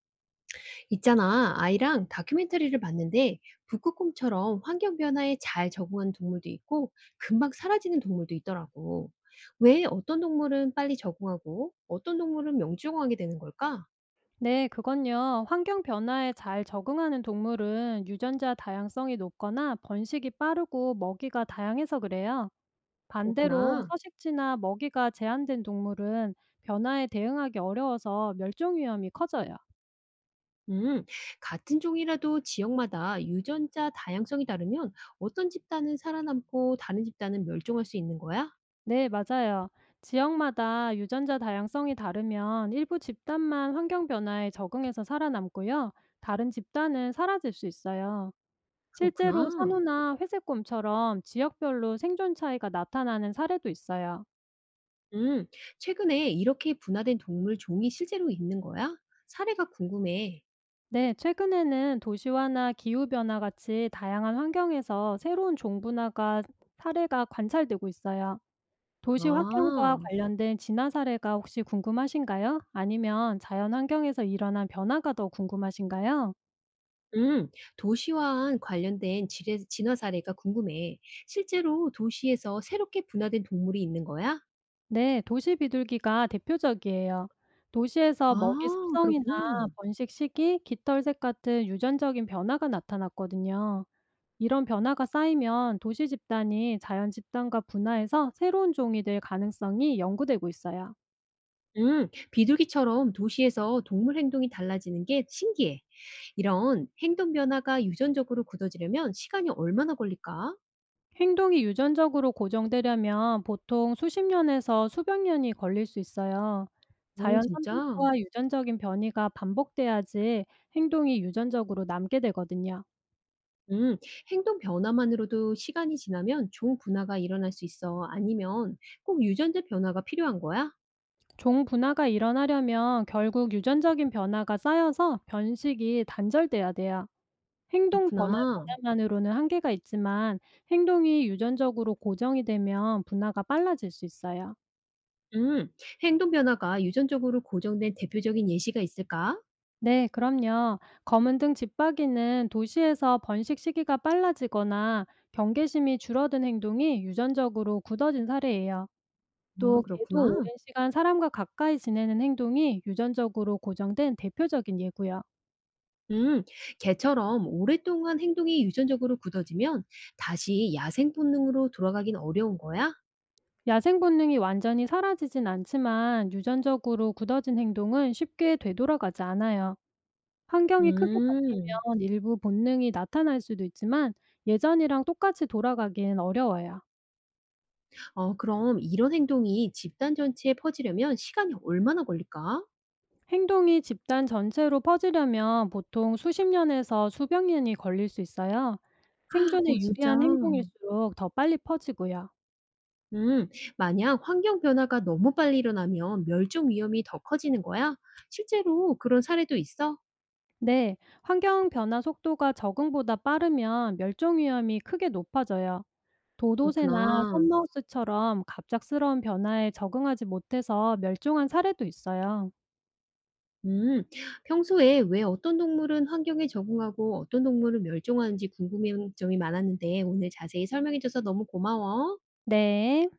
있잖아, 아이랑 다큐멘터리를 봤는데 북극곰처럼 환경 변화에 잘 적응하는 동물도 있고 금방 사라지는 동물도 있더라고. 왜 어떤 동물은 빨리 적응하고 어떤 동물은 명중하게 되는 걸까? 네, 그건요. 환경 변화에 잘 적응하는 동물은 유전자 다양성이 높거나 번식이 빠르고 먹이가 다양해서 그래요. 반대로 그렇구나. 서식지나 먹이가 제한된 동물은 변화에 대응하기 어려워서 멸종 위험이 커져요. 음, 같은 종이라도 지역마다 유전자 다양성이 다르면 어떤 집단은 살아남고 다른 집단은 멸종할 수 있는 거야? 네, 맞아요. 지역마다 유전자 다양성이 다르면 일부 집단만 환경 변화에 적응해서 살아남고요. 다른 집단은 사라질 수 있어요. 실제로 그렇구나. 산호나 회색곰처럼 지역별로 생존 차이가 나타나는 사례도 있어요. 음, 최근에 이렇게 분화된 동물 종이 실제로 있는 거야? 사례가 궁금해. 네, 최근에는 도시화나 기후변화 같이 다양한 환경에서 새로운 종분화가 사례가 관찰되고 있어요. 도시 환경과 아, 관련된 진화 사례가 혹시 궁금하신가요? 아니면 자연 환경에서 일어난 변화가 더 궁금하신가요? 음, 도시화와 관련된 지뢰, 진화 사례가 궁금해. 실제로 도시에서 새롭게 분화된 동물이 있는 거야? 네, 도시 비둘기가 대표적이에요. 도시에서 먹이 아, 습성이나 그렇구나. 번식 시기, 깃털색 같은 유전적인 변화가 나타났거든요. 이런 변화가 쌓이면 도시 집단이 자연 집단과 분화해서 새로운 종이 될 가능성이 연구되고 있어요. 비둘기처럼 도시에서 동물 행동이 달라지는 게 신기해. 이런 행동 변화가 유전적으로 굳어지려면 시간이 얼마나 걸릴까? 행동이 유전적으로 고정되려면 보통 수십 년에서 수백 년이 걸릴 수 있어요. 오, 자연 진짜? 선택과 유전적인 변이가 반복돼야지 행동이 유전적으로 남게 되거든요. 음, 행동 변화만으로도 시간이 지나면 종 분화가 일어날 수 있어. 아니면 꼭 유전자 변화가 필요한 거야? 종 분화가 일어나려면 결국 유전적인 변화가 쌓여서 변식이 단절돼야 돼요. 행동 변화 그렇구나. 변화만으로는 한계가 있지만 행동이 유전적으로 고정이 되면 분화가 빨라질 수 있어요. 음. 행동 변화가 유전적으로 고정된 대표적인 예시가 있을까? 네, 그럼요. 검은등 집박이는 도시에서 번식 시기가 빨라지거나 경계심이 줄어든 행동이 유전적으로 굳어진 사례예요. 와 또 개도 그렇구나. 오랜 시간 사람과 가까이 지내는 행동이 유전적으로 고정된 대표적인 예고요. 음. 개처럼 오랫동안 행동이 유전적으로 굳어지면 다시 야생 본능으로 돌아가긴 어려운 거야? 야생 본능이 완전히 사라지진 않지만 유전적으로 굳어진 행동은 쉽게 되돌아가지 않아요. 환경이 크게 음. 바뀌면 일부 본능이 나타날 수도 있지만 예전이랑 똑같이 돌아가긴 어려워요. 어, 그럼 이런 행동이 집단 전체에 퍼지려면 시간이 얼마나 걸릴까? 행동이 집단 전체로 퍼지려면 보통 수십 년에서 수백 년이 걸릴 수 있어요. 생존에 어, 진짜. 유리한 행동일수록 더 빨리 퍼지고요. 음. 만약 환경 변화가 너무 빨리 일어나면 멸종 위험이 더 커지는 거야? 실제로 그런 사례도 있어? 네, 환경 변화 속도가 적응보다 빠르면 멸종 위험이 크게 높아져요. 도도새나 그렇구나. 섬마우스처럼 갑작스러운 변화에 적응하지 못해서 멸종한 사례도 있어요. 음, 평소에 왜 어떤 동물은 환경에 적응하고 어떤 동물은 멸종하는지 궁금한 점이 많았는데 오늘 자세히 설명해줘서 너무 고마워. 네.